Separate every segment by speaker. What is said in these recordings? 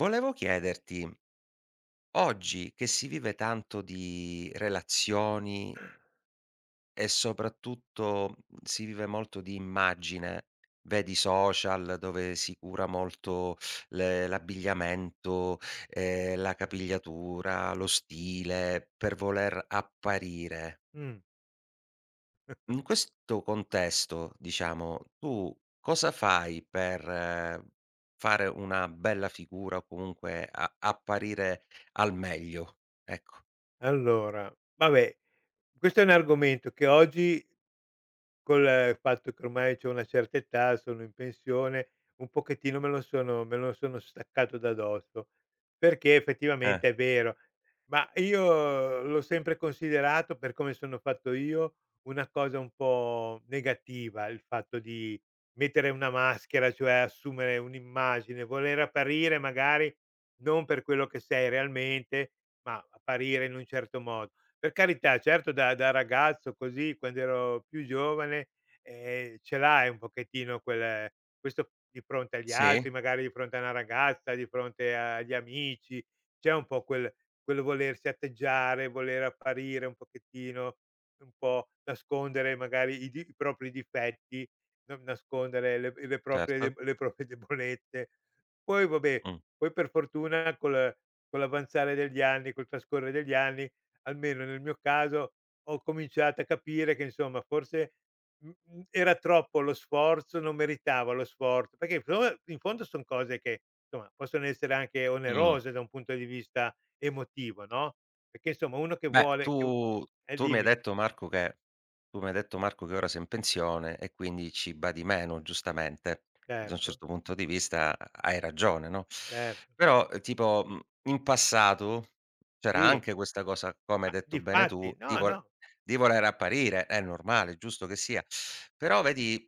Speaker 1: Volevo chiederti, oggi che si vive tanto di relazioni e soprattutto si vive molto di immagine, vedi i social dove si cura molto l'abbigliamento, la capigliatura, lo stile per voler apparire.
Speaker 2: Mh,
Speaker 1: In questo contesto, diciamo, tu cosa fai per fare una bella figura o comunque a apparire al meglio? Ecco.
Speaker 2: allora, vabbè, questo è un argomento che oggi col fatto che ormai c'ho una certa età, sono in pensione, un pochettino me lo sono staccato da dosso, perché
Speaker 1: Eh,
Speaker 2: effettivamente è vero. Ma io l'ho sempre considerato, per come sono fatto io, una cosa un po' negativa il fatto di mettere una maschera, cioè assumere un'immagine, voler apparire magari non per quello che sei realmente, ma apparire in un certo modo. Per carità, certo da ragazzo così, quando ero più giovane, ce l'hai un pochettino quel questo di fronte agli altri,
Speaker 1: sì?
Speaker 2: magari di fronte a una ragazza, di fronte agli amici, c'è un po' quello volersi atteggiare, voler apparire un pochettino, un po' nascondere magari i propri difetti, non nascondere le le proprie de
Speaker 1: Certo.
Speaker 2: le proprie debolezze. Poi vabbè,
Speaker 1: Mh.
Speaker 2: poi per fortuna col con l'avanzare degli anni, col trascorrere degli anni, almeno nel mio caso, ho cominciato a capire che insomma forse, era troppo lo sforzo, non meritavo lo sforzo, perché in fondo son cose che, insomma, possono essere anche
Speaker 1: Mh.
Speaker 2: onerose da un punto di vista emotivo, no, perché insomma uno che
Speaker 1: Beh,
Speaker 2: vuole che u.
Speaker 1: tu
Speaker 2: Eh,
Speaker 1: tu mi hai
Speaker 2: dimmi.
Speaker 1: detto Marco che ora sei in pensione e quindi ci badi meno, giustamente. Da un
Speaker 2: Certo,
Speaker 1: certo punto di vista hai ragione, no,
Speaker 2: certo.
Speaker 1: però tipo, in passato c'era
Speaker 2: Sì,
Speaker 1: anche questa cosa, come
Speaker 2: ma
Speaker 1: hai detto bene tu,
Speaker 2: difatti no, no,
Speaker 1: di voler apparire, è normale, giusto che sia. Però vedi,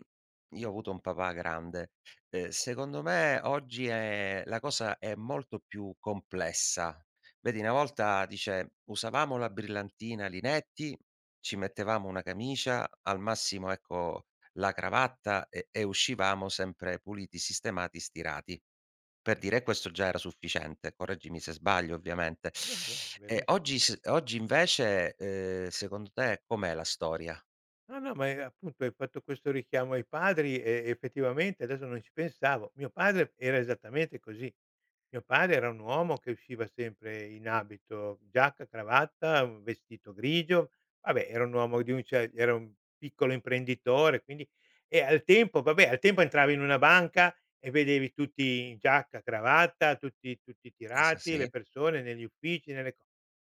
Speaker 1: io ho avuto un papà grande, secondo me oggi è la cosa è molto più complessa. Vedi, una volta dice: "Usavamo la brillantina Linetti, ci mettevamo una camicia, al massimo ecco la cravatta e uscivamo sempre puliti, sistemati, stirati." Per dire questo già era sufficiente, correggimi se sbaglio ovviamente.
Speaker 2: no, no,
Speaker 1: E
Speaker 2: veri.
Speaker 1: oggi invece, secondo te com'è la storia?
Speaker 2: No, no, ma, appunto hai fatto questo richiamo ai padri e effettivamente adesso non ci pensavo. Mio padre era esattamente così. Mio padre era un uomo che usciva sempre in abito giacca, cravatta, un vestito grigio, vabbè era un uomo di un ce era un piccolo imprenditore, quindi e al tempo vabbè, al tempo entravi in una banca e vedevi tutti in giacca, cravatta, tutti
Speaker 1: S
Speaker 2: tirati, le
Speaker 1: sì?
Speaker 2: persone negli uffici, nelle co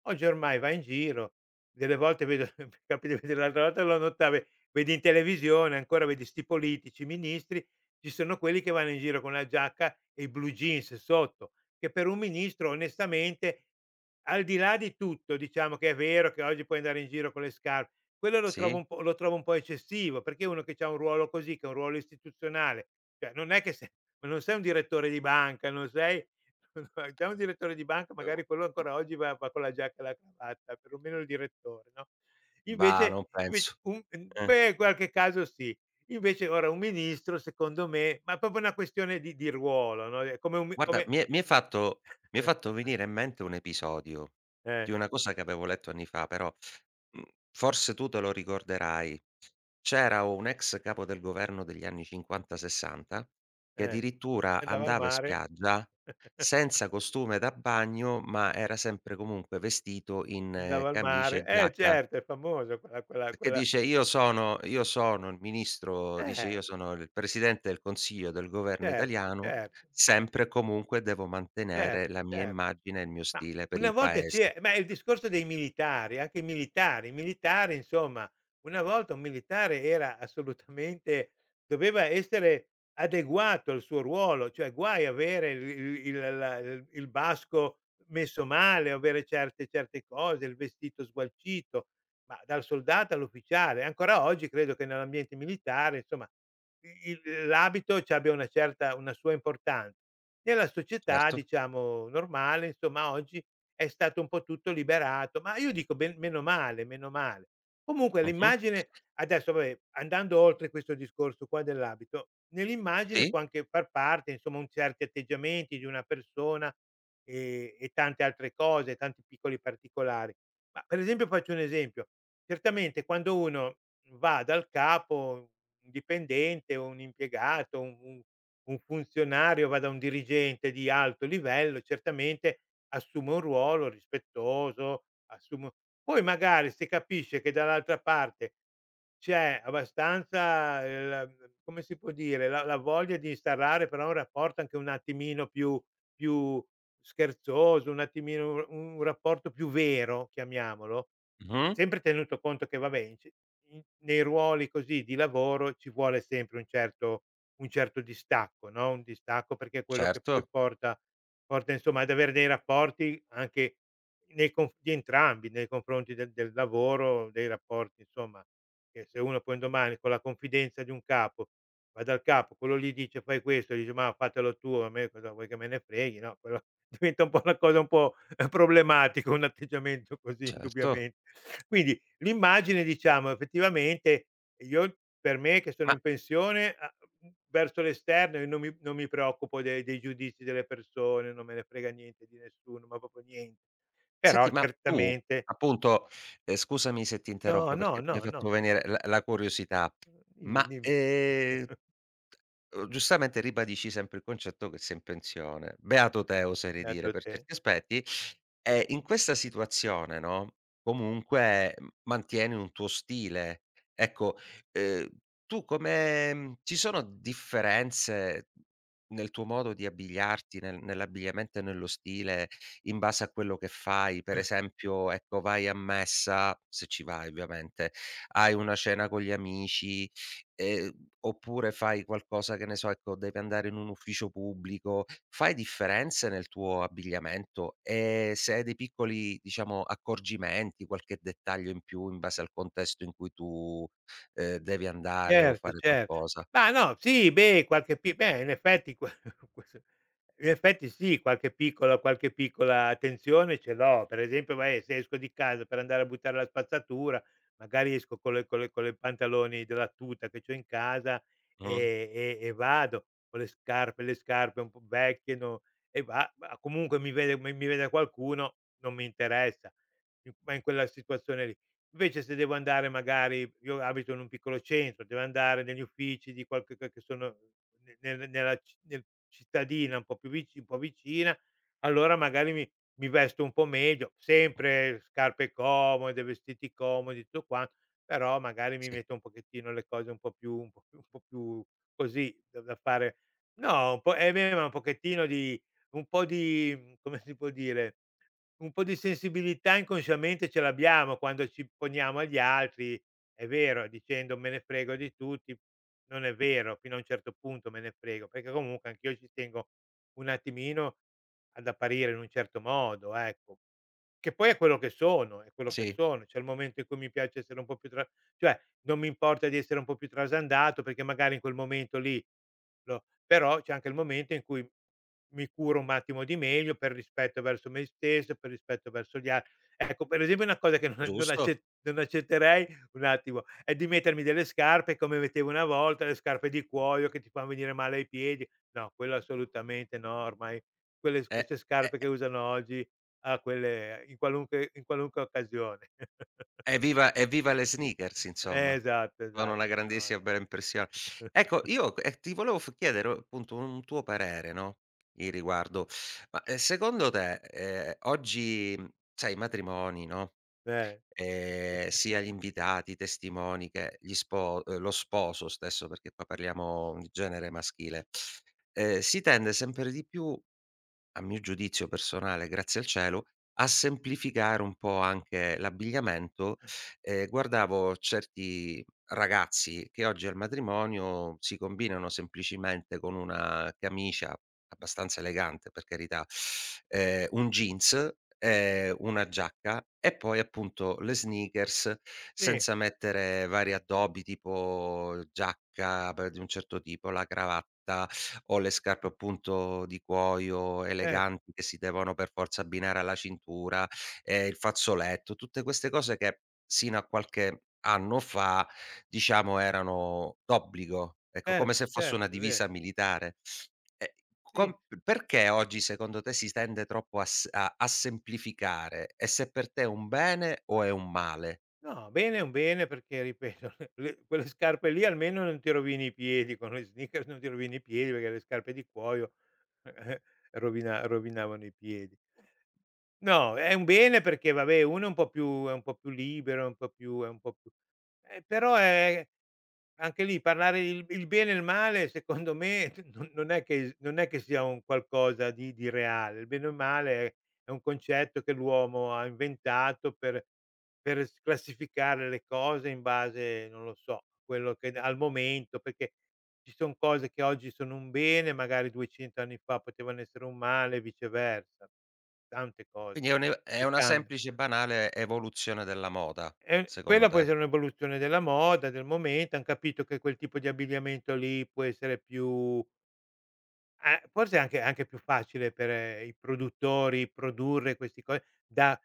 Speaker 2: Oggi ormai vai in giro, delle volte vedo, mi capita di vedere, l'altra volta lo notavo, vedi in televisione ancora, vedi 'sti politici, ministri, ci sono quelli che vanno in giro con la giacca e i blue jeans sotto, che per un ministro onestamente, al di là di tutto, diciamo che è vero che oggi puoi andare in giro con le scarpe, quello lo trovo
Speaker 1: Sì?
Speaker 2: un po' lo trovo un po' eccessivo, perché uno che c'ha un ruolo così, che è un ruolo istituzionale, cioè non è che se non sei un direttore di banca, non sei. Già un direttore di banca
Speaker 1: Uhm,
Speaker 2: magari quello ancora oggi va con la giacca e la cravatta, perlomeno il direttore, no,
Speaker 1: bah,
Speaker 2: invece
Speaker 1: non
Speaker 2: invece
Speaker 1: penso.
Speaker 2: un
Speaker 1: Eh.
Speaker 2: beh, in qualche caso sì. Invece ora un ministro secondo me ma è proprio una questione di ruolo, no, è come un mi
Speaker 1: Guarda,
Speaker 2: come.
Speaker 1: mi hai fatto venire in mente un episodio
Speaker 2: Eh,
Speaker 1: di una cosa che avevo letto anni fa, però, mhmm, forse tu te lo ricorderai. C'era un ex capo del governo degli anni '50, '60 che
Speaker 2: eh.
Speaker 1: addirittura
Speaker 2: Andava al
Speaker 1: andava in
Speaker 2: mare.
Speaker 1: spiaggia senza costume da bagno, ma era sempre comunque vestito in
Speaker 2: Andava al
Speaker 1: camicia
Speaker 2: mare.
Speaker 1: e
Speaker 2: Eh
Speaker 1: giacca.
Speaker 2: certo, è famosa quella quella
Speaker 1: Perché
Speaker 2: quella
Speaker 1: dice: io sono il ministro", dice:
Speaker 2: Eh,
Speaker 1: "Io sono il presidente del consiglio del governo
Speaker 2: certo,
Speaker 1: italiano,
Speaker 2: certo.
Speaker 1: sempre e comunque devo
Speaker 2: cer
Speaker 1: mantenere la mia
Speaker 2: cer
Speaker 1: immagine e il mio
Speaker 2: Ma
Speaker 1: stile per
Speaker 2: una
Speaker 1: il
Speaker 2: volta
Speaker 1: paese."
Speaker 2: c'e ma è il discorso dei militari, anche i militari. I militari insomma, una volta un militare era assolutamente doveva essere adeguato al suo ruolo, cioè guai avere il la il basco messo male, o avere certe cose, il vestito sgualcito, ma dal soldato all'ufficiale. Ancora oggi credo che nell'ambiente militare, insomma, i il l'abito c'abbia una sua importanza. Nella società,
Speaker 1: Certo.
Speaker 2: diciamo, normale, insomma, oggi è stato un po' tutto liberato, ma io dico ben meno male, meno male. Comunque
Speaker 1: Mh-mh.
Speaker 2: l'immagine adesso vabbè, andando oltre questo discorso qua dell'abito, nell'immagine
Speaker 1: Sì.
Speaker 2: può anche far parte, insomma, un certi atteggiamenti di una persona, e tante altre cose, tanti piccoli particolari. Ma per esempio faccio un esempio: certamente quando uno va dal capo, un dipendente o un impiegato, un funzionario va da un dirigente di alto livello, certamente assume un ruolo rispettoso, assume, poi magari se capisce che dall'altra parte c'è abbastanza, la come si può dire, la voglia di instaurare però un rapporto anche un attimino più scherzoso, un attimino un rapporto più vero, chiamiamolo,
Speaker 1: Mh-mh.
Speaker 2: sempre tenuto conto che vabbè, in c in nei ruoli così di lavoro ci vuole sempre un certo distacco, no, un distacco perché è quello che poi
Speaker 1: Certo,
Speaker 2: porta, insomma, ad avere dei rapporti anche nei conf di entrambi, nei confronti del lavoro, dei rapporti insomma, che se uno poi un domani con la confidenza di un capo va dal capo, quello lì dice: "Fai questo", e dice: "Mah, fatelo tu, a me cosa vuoi che me ne freghi", no, quello diventa un po' una cosa un po' problematica, un atteggiamento così
Speaker 1: certo.
Speaker 2: indubbiamente. Quindi l'immagine diciamo effettivamente, e io per me che sono
Speaker 1: Ma
Speaker 2: in pensione, a verso l'esterno io non mi preoccupo de dei giudizi delle persone, non me ne frega niente di nessuno, ma proprio niente. Però
Speaker 1: senti, ma tu
Speaker 2: certamente,
Speaker 1: appunto, scusami se ti
Speaker 2: no,
Speaker 1: interrompo
Speaker 2: no,
Speaker 1: perché mi hai
Speaker 2: no, no.
Speaker 1: fatto venire la curiosità,
Speaker 2: Dimmi,
Speaker 1: ma,
Speaker 2: dimmi.
Speaker 1: ehm Giustamente ribadisci sempre il concetto che sei in pensione. Beato te oserei dire
Speaker 2: Beato
Speaker 1: per
Speaker 2: te.
Speaker 1: certi aspetti. E in questa situazione, no, comunque, mantieni un tuo stile. Ecco, ehm, tu come ci sono differenze nel tuo modo di abbigliarti, nell'abbigliamento e nello stile in base a quello che fai? Per esempio, ecco, vai a messa, se ci vai ovviamente, hai una cena con gli amici. Ehm, Oppure fai qualcosa che ne so, ecco, devi andare in un ufficio pubblico, fai differenze nel tuo abbigliamento? E se hai dei piccoli, diciamo, accorgimenti, qualche dettaglio in più in base al contesto in cui tu, devi andare o
Speaker 2: Certo,
Speaker 1: fare
Speaker 2: cer,
Speaker 1: qualcosa.
Speaker 2: ma no, sì, beh, qualche pi beh, in effetti que in effetti sì, qualche piccola attenzione ce l'ho. Per esempio, vai, se esco di casa per andare a buttare la spazzatura, magari esco con le pantaloni della tuta che c'ho in casa,
Speaker 1: Mh.
Speaker 2: e vado. Ho le scarpe un po' vecchie, no, e va, ma comunque mi vede qualcuno, non mi interessa, in quella situazione lì. Invece se devo andare, magari io abito in un piccolo centro, devo andare negli uffici di qualche che sono ne nel nella ci nel cittadina un po' vicina, allora magari mi vesto un po' meglio, sempre scarpe comode, vestiti comodi, tutto qua, però magari mi
Speaker 1: Sì,
Speaker 2: metto un pochettino le cose un po' più un po' più un po' più così da fare, no, un po' e aveva un pochettino di un po' di, come si può dire, un po' di sensibilità inconsciamente ce l'abbiamo quando ci poniamo agli altri, è vero, dicendo: "Me ne frego di tutti." Non è vero, fino a un certo punto me ne frego, perché comunque anch'io ci tengo un attimino ad apparire in un certo modo, ecco. Che poi è quello che sono, è quello
Speaker 1: eh,
Speaker 2: che
Speaker 1: sì,
Speaker 2: sono. C'è il momento in cui mi piace essere un po' più tra, cioè non mi importa di essere un po' più trasandato perché magari in quel momento lì lo, però c'è anche il momento in cui mi curo un attimo di meglio, per rispetto verso me stesso, per rispetto verso gli altri. Ecco, per esempio una cosa che non non
Speaker 1: giusto.
Speaker 2: acce non accetterei, un attimo, è di mettermi delle scarpe come mettevo una volta, le scarpe di cuoio che ti fan venire male ai piedi. No, quello assolutamente no, ormai quelle s
Speaker 1: Eh,
Speaker 2: queste scarpe che
Speaker 1: eh.
Speaker 2: usano oggi, a quelle, in qualunque occasione.
Speaker 1: Evviva evviva le sneakers insomma.
Speaker 2: Esatto,
Speaker 1: Fanno
Speaker 2: esatto.
Speaker 1: una
Speaker 2: No,
Speaker 1: grandissima bella impressione.
Speaker 2: no.
Speaker 1: Ecco io, ti volevo f chiedere appunto un tuo parere, no, in riguardo. Ma, secondo te, oggi, sai i matrimoni, no,
Speaker 2: Eh.
Speaker 1: sia gli invitati, i testimoni che gli spo lo sposo stesso, perché qua parliamo di genere maschile, si tende sempre di più, a mio giudizio personale, grazie al cielo, a semplificare un po' anche l'abbigliamento. Guardavo certi ragazzi che oggi al matrimonio si combinano semplicemente con una camicia abbastanza elegante, per carità, un jeans, una giacca e poi appunto le sneakers,
Speaker 2: Sì,
Speaker 1: senza mettere vari addobbi tipo giacca pe di un certo tipo, la cravatta o le scarpe appunto di cuoio
Speaker 2: cer
Speaker 1: eleganti che si devono per forza abbinare alla cintura, il fazzoletto, tutte queste cose che sino a qualche anno fa, diciamo, erano d'obbligo, ecco, come
Speaker 2: certo,
Speaker 1: se fosse
Speaker 2: certo,
Speaker 1: una
Speaker 2: è vero.
Speaker 1: divisa militare. E com
Speaker 2: Sì.
Speaker 1: Perché oggi secondo te si tende troppo a s a a semplificare, e se per te è un bene o è un male?
Speaker 2: No, bene, è un bene perché ripeto, le quelle scarpe lì almeno non ti rovini i piedi, con le sneakers non ti rovini i piedi perché le scarpe di cuoio rovinavano i piedi. No, è un bene perché vabbè uno è un po' più libero, è un po' più però è. Anche lì parlare il bene e il male, secondo me, non è che non è che sia un qualcosa di reale. Il bene o il male è un concetto che l'uomo ha inventato per s classificare le cose in base, non lo so, a quello che al momento, perché ci son cose che oggi sono un bene, magari 200 anni fa potevano essere un male e viceversa. Tante cose
Speaker 1: Quindi è un è
Speaker 2: che
Speaker 1: una
Speaker 2: cambian.
Speaker 1: semplice e banale evoluzione della moda, secondo
Speaker 2: Quella può
Speaker 1: te.
Speaker 2: essere un'evoluzione della moda, del momento, han capito che quel tipo di abbigliamento lì può essere più, a forse anche più facile per i produttori produrre questi co, da,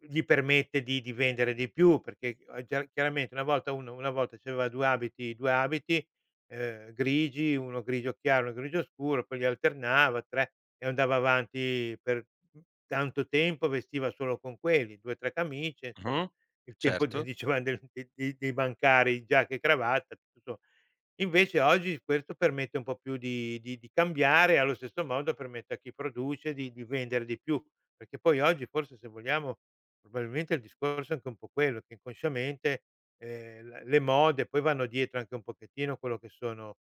Speaker 2: gli permette di vendere di più perché, gia chiaramente una volta uno una volta c'aveva 2 abiti 2 abiti, grigi, uno grigio chiaro, uno grigio scuro, poi li alternava, 3, e andava avanti per, tanto tempo, vestiva solo con quelli, 2, 3 camicie, insomma,
Speaker 1: Mh-mh.
Speaker 2: il tempo de
Speaker 1: Certo,
Speaker 2: dicevan del de dei dei bancari, giacca e cravatta, tutto. Invece oggi questo permette un po' più di cambiare e allo stesso modo permette a chi produce di vendere di più, perché poi oggi, forse, se vogliamo, probabilmente il discorso è anche un po' quello, che inconsciamente, l le mode poi vanno dietro anche un pochettino quello che sono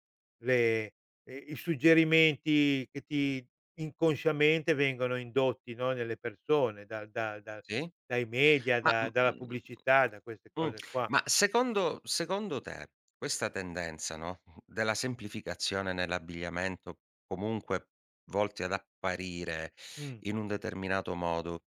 Speaker 2: le, i suggerimenti che ti inconsciamente vengono indotti, no, nelle persone da da da
Speaker 1: sì.
Speaker 2: dai media,
Speaker 1: Ma,
Speaker 2: da dalla
Speaker 1: mhmm
Speaker 2: pubblicità, da queste
Speaker 1: Mh.
Speaker 2: cose qua.
Speaker 1: Ma secondo te questa tendenza, no, della semplificazione nell'abbigliamento, comunque volti ad apparire
Speaker 2: Mh.
Speaker 1: in un determinato modo,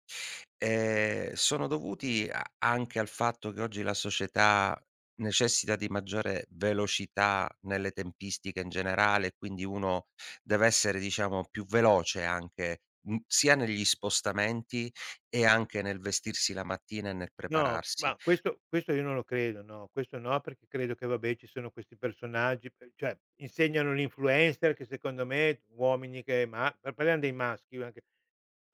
Speaker 1: sono dovuti a anche al fatto che oggi la società necessita di maggiore velocità nelle tempistiche in generale, quindi uno deve essere, diciamo, più veloce anche, sia negli spostamenti e anche nel vestirsi la mattina e nel
Speaker 2: No,
Speaker 1: prepararsi?
Speaker 2: ma questo questo io non lo credo, no, questo no, perché credo che vabbè ci sono questi personaggi, pe cioè, insegnano l'influencer che secondo me uomini che, ma parliam dei maschi anche.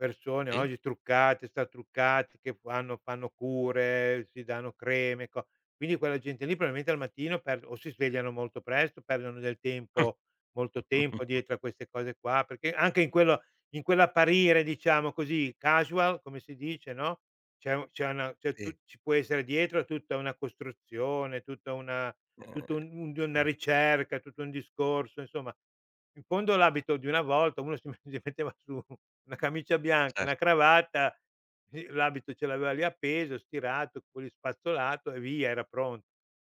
Speaker 2: Persone
Speaker 1: Sì?
Speaker 2: oggi truccate, struccate, che fanno cure, si danno creme, co quindi quella gente lì probabilmente al mattino, per o si svegliano molto presto, perdono del tempo, molto tempo dietro a queste cose qua, perché anche in quello, in quell'apparire diciamo così casual, come si dice, no, c'è u c'è una c'è tu
Speaker 1: Sì,
Speaker 2: ci può essere dietro tutta una costruzione, tutta una
Speaker 1: mh,
Speaker 2: tutto un un di una
Speaker 1: eh,
Speaker 2: ricerca, tutto un discorso, insomma. In fondo l'abito di una volta uno si me si metteva su una camicia bianca, una
Speaker 1: certo.
Speaker 2: cravatta, e l'abito ce l'aveva lì appeso, stirato, poi rispazzolato e via, era pronto.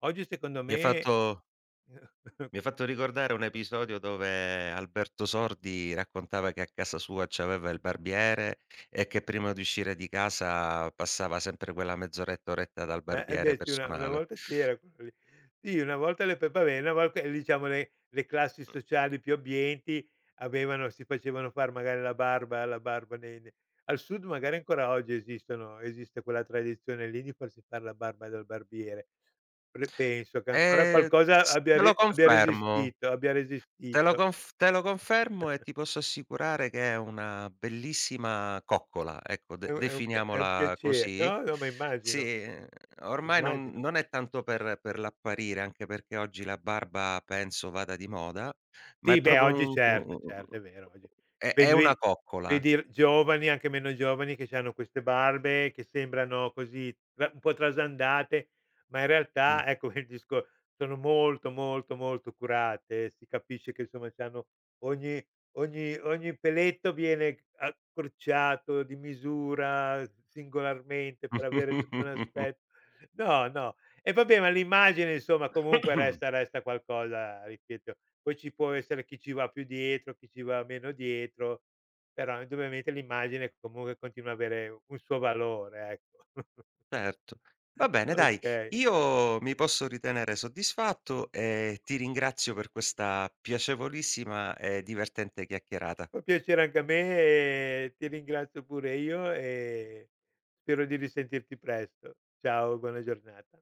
Speaker 2: Oggi secondo
Speaker 1: Mi ha
Speaker 2: me.
Speaker 1: fatto Mi ha fatto ricordare un episodio dove Alberto Sordi raccontava che a casa sua c'aveva il barbiere e che prima di uscire di casa passava sempre quella mezz'oretta, oretta, dal
Speaker 2: Eh
Speaker 1: barbiere
Speaker 2: beh sì, una
Speaker 1: personale.
Speaker 2: volta c'era quello lì. Sì, una volta le pe vabbè, una volta diciamo le classi
Speaker 1: Mh.
Speaker 2: sociali più abbienti avevano, si facevano far magari la barba nei ne al sud magari ancora oggi esistono esiste quella tradizione lì di farsi far la barba dal barbiere. Pre Penso che ancora qualcosa
Speaker 1: S
Speaker 2: abbia
Speaker 1: te lo
Speaker 2: re abbia
Speaker 1: confermo.
Speaker 2: resistito abbia resistito.
Speaker 1: Te lo confermo e ti posso assicurare che è una bellissima coccola, ecco, de
Speaker 2: È un pia è un
Speaker 1: definiamola
Speaker 2: piace
Speaker 1: così.
Speaker 2: no, no, ma
Speaker 1: Sì,
Speaker 2: immagino,
Speaker 1: ormai non
Speaker 2: immagino.
Speaker 1: è tanto per l'apparire, anche perché oggi la barba penso vada di moda, ma
Speaker 2: Sì,
Speaker 1: è
Speaker 2: beh,
Speaker 1: proprio un
Speaker 2: oggi
Speaker 1: u
Speaker 2: certo,
Speaker 1: u u
Speaker 2: certo, è vero, oggi. Vedi
Speaker 1: è una
Speaker 2: vedi
Speaker 1: coccola.
Speaker 2: Vedi giovani, anche meno giovani, che c'hanno queste barbe che sembrano così tra un po' trasandate, ma in
Speaker 1: Mh.
Speaker 2: realtà, ecco, il disco sono molto, molto, molto curate. Si capisce che, insomma, c'hanno ogni, ogni ogni peletto viene accorciato, di misura, singolarmente, per avere tutto un aspetto. No, no. E vabbè, ma l'immagine insomma comunque resta qualcosa, ripeto. Poi ci può essere chi ci va più dietro, chi ci va meno dietro, però indubbiamente l'immagine comunque continua a avere un suo valore, ecco.
Speaker 1: Certo. Va bene dai,
Speaker 2: Okay,
Speaker 1: io mi posso ritenere soddisfatto e ti ringrazio per questa piacevolissima e divertente chiacchierata.
Speaker 2: fa piacere anche a me, e ti ringrazio pure io, e spero di risentirti presto. Ciao, buona giornata.